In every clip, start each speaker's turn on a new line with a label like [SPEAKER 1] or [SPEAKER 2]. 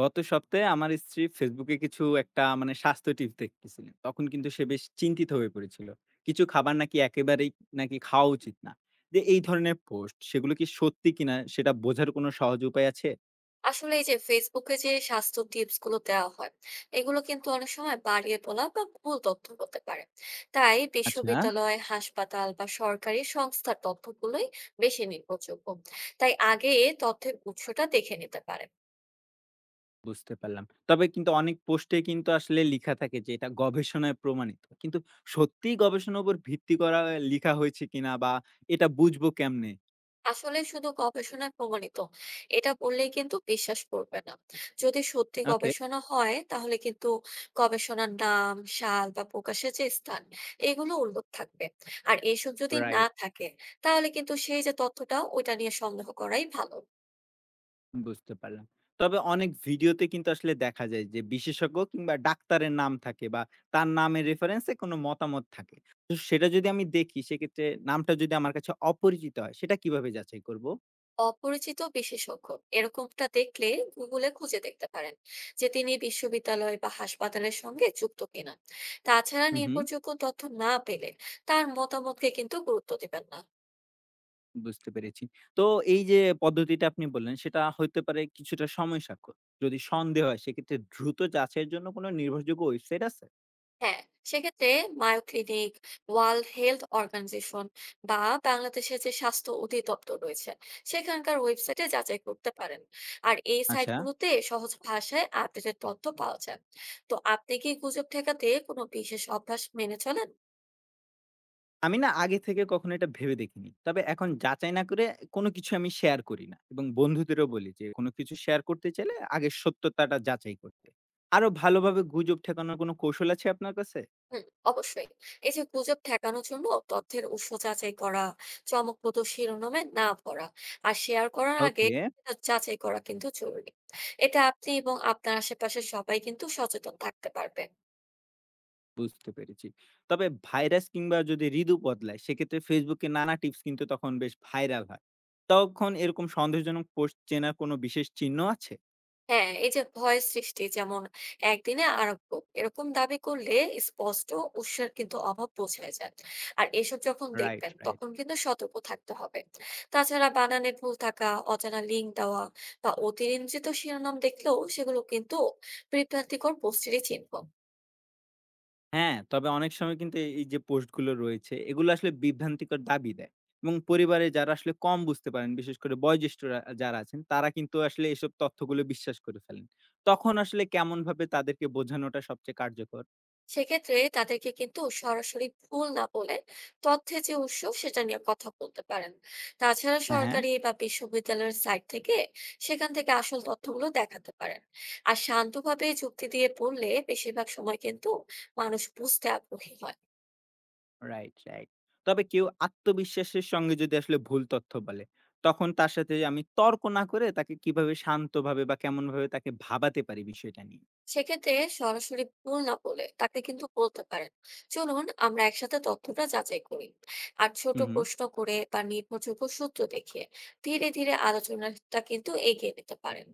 [SPEAKER 1] গত সপ্তাহে আমার স্ত্রী ফেসবুকে কিছু একটা মানে স্বাস্থ্য টিপস দেখতেছিলেন তখন কিন্তু সে বেশ চিন্তিত হয়ে পড়েছিল কিছু খাবার নাকি একেবারেই নাকি খাওয়া উচিত না যে এই ধরনের পোস্ট সেগুলো কি সত্যি কিনা সেটা বোঝার কোনো সহজ উপায় আছে
[SPEAKER 2] আসলে এই যে ফেসবুকে যে স্বাস্থ্য টিপস গুলো দেওয়া হয় এগুলো কিন্তু অনেক সময় বাড়িয়ে তোলা বা ভুল তথ্য হতে পারে। তাই
[SPEAKER 1] আচ্ছা
[SPEAKER 2] বিশ্ববিদ্যালয় হাসপাতাল বা সরকারি সংস্থার তথ্যগুলোই বেশি নির্ভরযোগ্য। তাই আগে তথ্যের উৎসটা দেখে নিতে পারেন।
[SPEAKER 1] বুঝতে পারলাম তবে কিন্তু অনেক পোস্টে কিন্তু আসলে লেখা থাকে যে এটা গবেষণায় প্রমাণিত কিন্তু সত্যি গবেষণার উপর ভিত্তি করা লেখা হয়েছে কিনা বা এটা বুঝবো কেমনে
[SPEAKER 2] আসলে শুধু গবেষণায় প্রমাণিত এটা বললেই কিন্তু বিশ্বাস করবে না। যদি সত্যি
[SPEAKER 1] ওকে
[SPEAKER 2] গবেষণা হয় তাহলে কিন্তু গবেষণার নাম সাল বা প্রকাশের যে স্থান এগুলো উল্লেখ থাকবে। আর এইসব যদি না
[SPEAKER 1] রাইট
[SPEAKER 2] থাকে তাহলে কিন্তু সেই যে তথ্যটা ওইটা নিয়ে সন্দেহ করাই ভালো।
[SPEAKER 1] বুঝতে পারলাম। তবে অনেক ভিডিওতে কিন্তু আসলে দেখা যায় যে বিশেষজ্ঞ কিংবা ডাক্তারের নাম থাকে বা তার নামের রেফারেন্সে কোনো মতামত থাকে। তো সেটা যদি আমি দেখি সেক্ষেত্রে নামটা যদি আমার কাছে অপরিচিত হয় সেটা কিভাবে যাচাই করব?
[SPEAKER 2] অপরিচিত বিশেষজ্ঞ এরকমটা দেখলে গুগলে খুঁজে দেখতে পারেন যে তিনি বিশ্ববিদ্যালয় বা হাসপাতালের সঙ্গে যুক্ত কিনা। তাছাড়া
[SPEAKER 1] হু, হু,
[SPEAKER 2] নির্ভরযোগ্য তথ্য না পেলে তার মতামতকে কিন্তু গুরুত্ব দিবেন না।
[SPEAKER 1] বুঝতে পেরেছি। তো এই যে পদ্ধতিটা আপনি বললেন সেটা হইতে পারে কিছুটা সময় সাপেক্ষ। যদি সন্দেহ হয় সেক্ষেত্রে দ্রুত যাচাইয়ের জন্য কোনো নির্ভরযোগ্য ওয়েবসাইট আছে?
[SPEAKER 2] হ্যাঁ, সেক্ষেত্রে Mayo Clinic, World Health Organization বা বাংলাদেশের যে স্বাস্থ্য অধিদপ্তর রয়েছে সেখানকার ওয়েবসাইটে যাচাই করতে পারেন। আর এই
[SPEAKER 1] আচ্ছা।
[SPEAKER 2] সাইটগুলোতে সহজ ভাষায় আপডেটেড তথ্য পাওয়া যায়। তো আপনি কি গুজব ঠেকাতে কোনো বিশেষ অভ্যাস মেনে চলেন?
[SPEAKER 1] আমি না আগে থেকে কখনো এটা ভেবে দেখিনি। তবে এখন যাচাই না করে কোনো কিছু আমি শেয়ার করি না এবং বন্ধুদেরও বলি যে, "কোনো কিছু শেয়ার করতে চাইলে আগে সত্যতাটা যাচাই করতে।" আরো ভালোভাবে গুজব ঠেকানোর কোনো কৌশল আছে আপনার কাছে?
[SPEAKER 2] হুম, অবশ্যই। এই যে গুজব ঠেকানোর জন্য তথ্যের উৎস যাচাই করা, চমকপ্রদ শিরোনামে না ভরা, আর শেয়ার করার আগে
[SPEAKER 1] ওকে,
[SPEAKER 2] সেটা যাচাই করা কিন্তু জরুরি। এটা আপনি এবং আপনার আশেপাশের সবাই কিন্তু সচেতন থাকতে পারবে।
[SPEAKER 1] বুঝতে পেরেছি। তবে ভাইরাস কিংবা যদি ঋতু বদলায় সেক্ষেত্রে Facebook এ নানা টিপস কিন্তু তখন বেশ ভাইরাল হয়। তখন এরকম সন্দেহজনক পোস্ট চেনার কোনো বিশেষ চিহ্ন আছে?
[SPEAKER 2] হ্যাঁ, এই যে ভয় সৃষ্টি, যেমন একদিনে আরোগ্য এরকম দাবি করলে স্পষ্ট উৎসের কিন্তু অভাব বোঝা যায়। আর এসব যখন
[SPEAKER 1] রাইট,
[SPEAKER 2] দেখবেন
[SPEAKER 1] রাইট।
[SPEAKER 2] তখন কিন্তু সতর্ক থাকতে হবে। তাছাড়া বানানে ভুল থাকা, অজানা লিঙ্ক দেওয়া বা অতিরঞ্জিত শিরোনাম দেখলেও সেগুলো কিন্তু বিভ্রান্তিকর পোস্টেরই চিহ্ন।
[SPEAKER 1] হ্যাঁ, তবে অনেক সময় কিন্তু এই যে পোস্টগুলো রয়েছে, এগুলো আসলে বিভ্রান্তিকর দাবি দেয় এবং পরিবারে যারা আসলে কম বুঝতে পারেন, বিশেষ করে বয়োজ্যেষ্ঠরা যারা আছেন, তারা কিন্তু আসলে এসব তথ্যগুলো বিশ্বাস করে ফেলেন। তখন আসলে কেমনভাবে তাদেরকে বোঝানোটা সবচেয়ে কার্যকর?
[SPEAKER 2] সেক্ষেত্রে তাদেরকে কিন্তু সরাসরি ভুল না বলে তথ্যে যে উৎস সেটা নিয়ে কথা বলতে পারেন। তাছাড়া
[SPEAKER 1] হ্যাঁ, হ্যাঁ।
[SPEAKER 2] সরকারি বা বিশ্ববিদ্যালয়ের সাইট থেকে, সেখান থেকে আসল তথ্যগুলো দেখাতে পারেন। আর শান্তভাবে যুক্তি দিয়ে পড়লে বেশিরভাগ সময় কিন্তু মানুষ বুঝতে আগ্রহী হয়।
[SPEAKER 1] Right, right. তবে কেউ আত্মবিশ্বাসের সঙ্গে যদি আসলে ভুল তথ্য বলে, তখন তার সাথে আমি তর্ক না করে তাকে কিভাবে শান্তভাবে বা কেমনভাবে তাকে ভাবাতে পারি বিষয়টা নিয়ে?
[SPEAKER 2] সেক্ষেত্রে সরাসরি ভুল না বলে তাকে কিন্তু বলতে পারেন, চলুন আমরা একসাথে তথ্যটা যাচাই করি। আর ছোট
[SPEAKER 1] হু, হু।
[SPEAKER 2] প্রশ্ন করে বা নির্ভরযোগ্য সূত্র দেখিয়ে ধীরে ধীরে আলোচনাটা কিন্তু এগিয়ে নিতে পারেন।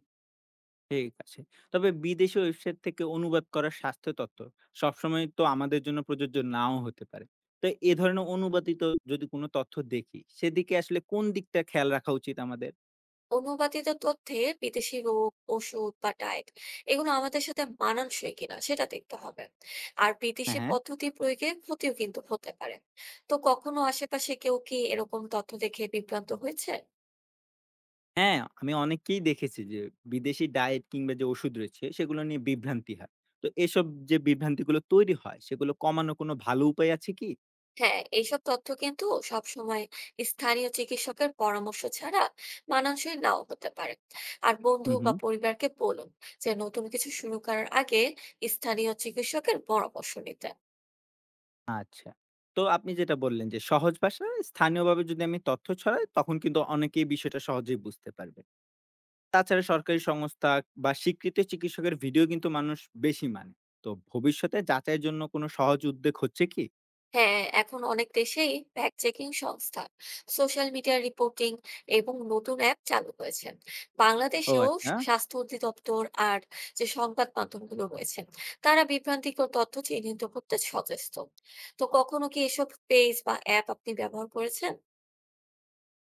[SPEAKER 1] ঠিক আছে। তবে বিদেশি ওয়েবসাইট থেকে অনুবাদ করা স্বাস্থ্য তথ্য সবসময় তো আমাদের জন্য প্রযোজ্য নাও হতে পারে। তো এ ধরনের অনুবাদিত যদি কোনো তথ্য দেখি, সেদিকে আসলে কোন দিকটা খেয়াল রাখা উচিত আমাদের?
[SPEAKER 2] অনুবাদিত তথ্যে বিদেশি রোগ, ওষুধ বা ডায়েট এগুলো আমাদের সাথে মানানসই কিনা সেটা দেখতে হবে। আর
[SPEAKER 1] হ্যাঁ,
[SPEAKER 2] বিদেশি
[SPEAKER 1] হ্যাঁ।
[SPEAKER 2] পদ্ধতি প্রয়োগে ক্ষতিও কিন্তু হতে পারে। তো কখনো আশেপাশে কেউ কি এরকম তথ্য দেখে বিভ্রান্ত হয়েছে?
[SPEAKER 1] হ্যাঁ, আমি অনেককেই দেখেছি যে বিদেশি ডায়েট কিংবা যে ওষুধ রয়েছে সেগুলো নিয়ে বিভ্রান্তি হয়। তো এসব যে বিভ্রান্তিগুলো তৈরি হয় সেগুলো কমানোর কোনো ভালো উপায় আছে কি?
[SPEAKER 2] হ্যাঁ, এইসব তথ্য কিন্তু সবসময় স্থানীয় চিকিৎসকের পরামর্শ ছাড়া মানানসই নাও হতে পারে। আর বন্ধু
[SPEAKER 1] হুম,
[SPEAKER 2] বা
[SPEAKER 1] হুম।
[SPEAKER 2] পরিবারকে বলুন যে নতুন কিছু শুরু করার আগে স্থানীয় চিকিৎসকের পরামর্শ নিতে।
[SPEAKER 1] আচ্ছা। তো আপনি যেটা বললেন যে সহজ ভাষায় স্থানীয়ভাবে যদি আমি তথ্য ছড়াই তখন কিন্তু অনেকেই বিষয়টা সহজেই বুঝতে পারবে। তাছাড়া সরকারি সংস্থা বা স্বীকৃত চিকিৎসকের ভিডিও কিন্তু মানুষ বেশি মানে। তো ভবিষ্যতে যাচাইয়ের জন্য কোনো সহজ উদ্যোগ হচ্ছে কি?
[SPEAKER 2] হ্যাঁ, এখন অনেক দেশেই ফ্যাক্ট চেকিং সংস্থা, সোশ্যাল মিডিয়া রিপোর্টিং এবং নতুন অ্যাপ চালু হয়েছে।
[SPEAKER 1] ও
[SPEAKER 2] বাংলাদেশেও
[SPEAKER 1] আচ্ছা।
[SPEAKER 2] স্বাস্থ্য অধিদপ্তর আর যে সংবাদ মাধ্যমগুলো রয়েছে, তারা বিভ্রান্তিকর তথ্য চিহ্নিত করতে সচেষ্ট। তো কখনো কি এসব পেজ বা অ্যাপ আপনি ব্যবহার করেছেন?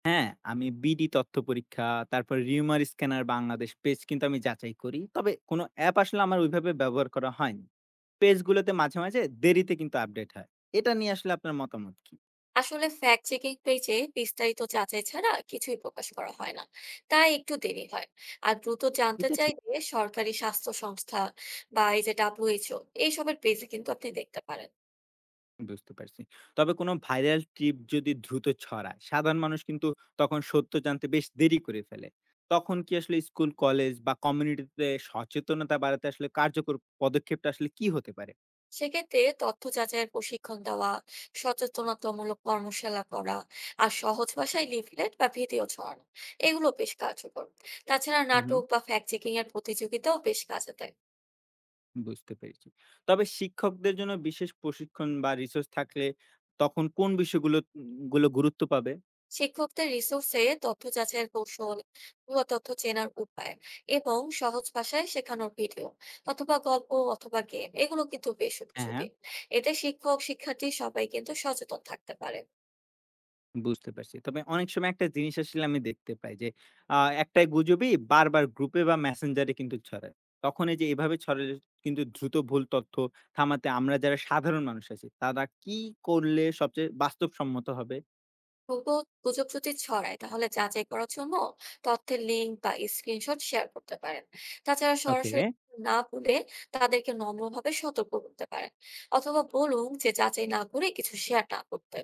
[SPEAKER 1] হ্যাঁ, আমি বিডি তথ্য পরীক্ষা, তারপর রিউমার স্ক্যানার বাংলাদেশ পেজ কিন্তু আমি যাচাই করি। তবে কোনো অ্যাপ আসলে আমার ওইভাবে ব্যবহার করা হয়নি। পেজগুলোতে মাঝে, মাঝে দেরিতে কিন্তু আপডেট হয়। এটা নিয়ে আসলে আপনার মতামত কি?
[SPEAKER 2] আসলে ফ্যাক্ট চেকিং পেজে বিস্তারিত যাচাই ছাড়া কিছুই প্রকাশ করা হয় না, তাই একটু দেরি হয়। আর দ্রুত জানতে
[SPEAKER 1] এটা ঠিক
[SPEAKER 2] চাইলে সরকারি স্বাস্থ্য সংস্থা বা এই যে WHO এইসবের পেজে কিন্তু আপনি দেখতে পারেন।
[SPEAKER 1] বুঝতে পারছি। তবে কোনো ভাইরাল ট্রিপ যদি দ্রুত ছড়ায়, সাধারণ মানুষ কিন্তু তখন সত্য জানতে বেশ দেরি করে ফেলে। তখন কি আসলে স্কুল, কলেজ বা কমিউনিটিতে সচেতনতা বাড়াতে আসলে কার্যকর পদক্ষেপটা আসলে কি হতে পারে?
[SPEAKER 2] সেক্ষেত্রে তথ্য যাচাইয়ের প্রশিক্ষণ দেওয়া, সচেতনতামূলক কর্মশালা করা, আর সহজ ভাষায় লিফলেট বা ভিডিও ছড়ানো, এগুলো বেশ কার্যকর। তাছাড়া
[SPEAKER 1] হুম, হুম।
[SPEAKER 2] নাটক বা ফ্যাক্ট চেকিং এর প্রতিযোগিতাও বেশ কাজে দেয়।
[SPEAKER 1] বুঝতে পেরেছি। তবে শিক্ষকদের জন্য বিশেষ প্রশিক্ষণ বা রিসোর্স থাকলে তখন কোন বিষয়গুলো উম গুলো গুরুত্ব পাবে?
[SPEAKER 2] শিক্ষকদের রিসোর্সে তথ্য যাচাইয়ের কৌশল, ভুয়া তথ্য চেনার উপায় এবং সহজ ভাষায় শেখানোর ভিডিও অথবা গল্প অথবা গেম, এগুলো কিন্তু বেশ
[SPEAKER 1] হ্যাঁ, হ্যাঁ।
[SPEAKER 2] উপযোগী। এতে শিক্ষক শিক্ষার্থী সবাই কিন্তু সচেতন থাকতে পারে।
[SPEAKER 1] বুঝতে পারছি। তবে অনেক সময় একটা জিনিস আসলে আমি দেখতে পাই যে, আ একটা গুজবই বারবার গ্রুপে বা মেসেঞ্জারে কিন্তু ছড়ায়। তখন এই যে এভাবে ছড়ালে কিন্তু দ্রুত ভুল তথ্য থামাতে আমরা যারা সাধারণ মানুষ আছি, তারা কি করলে সবচেয়ে বাস্তবসম্মত হবে?
[SPEAKER 2] ভুয়া গুজব যদি ছড়ায় তাহলে যাচাই করার জন্য তথ্যের লিঙ্ক বা স্ক্রিনশট শেয়ার করতে পারেন। তাছাড়া
[SPEAKER 1] ওকে।
[SPEAKER 2] সরাসরি না বলে তাদেরকে নম্রভাবে সতর্ক করতে পারেন, অথবা বলুন যে যাচাই না করে কিছু শেয়ার না করতে।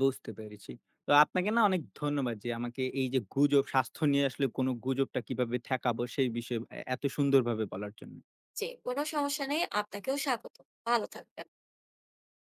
[SPEAKER 1] বুঝতে পেরেছি। তো আপনাকে না অনেক ধন্যবাদ যে আমাকে এই যে গুজব, স্বাস্থ্য নিয়ে আসলে কোন গুজবটা কিভাবে ঠেকাবো সেই বিষয়ে এত সুন্দরভাবে বলার জন্য।
[SPEAKER 2] জি, কোনো সমস্যা নেই। আপনাকেও স্বাগত। ভালো থাকবেন।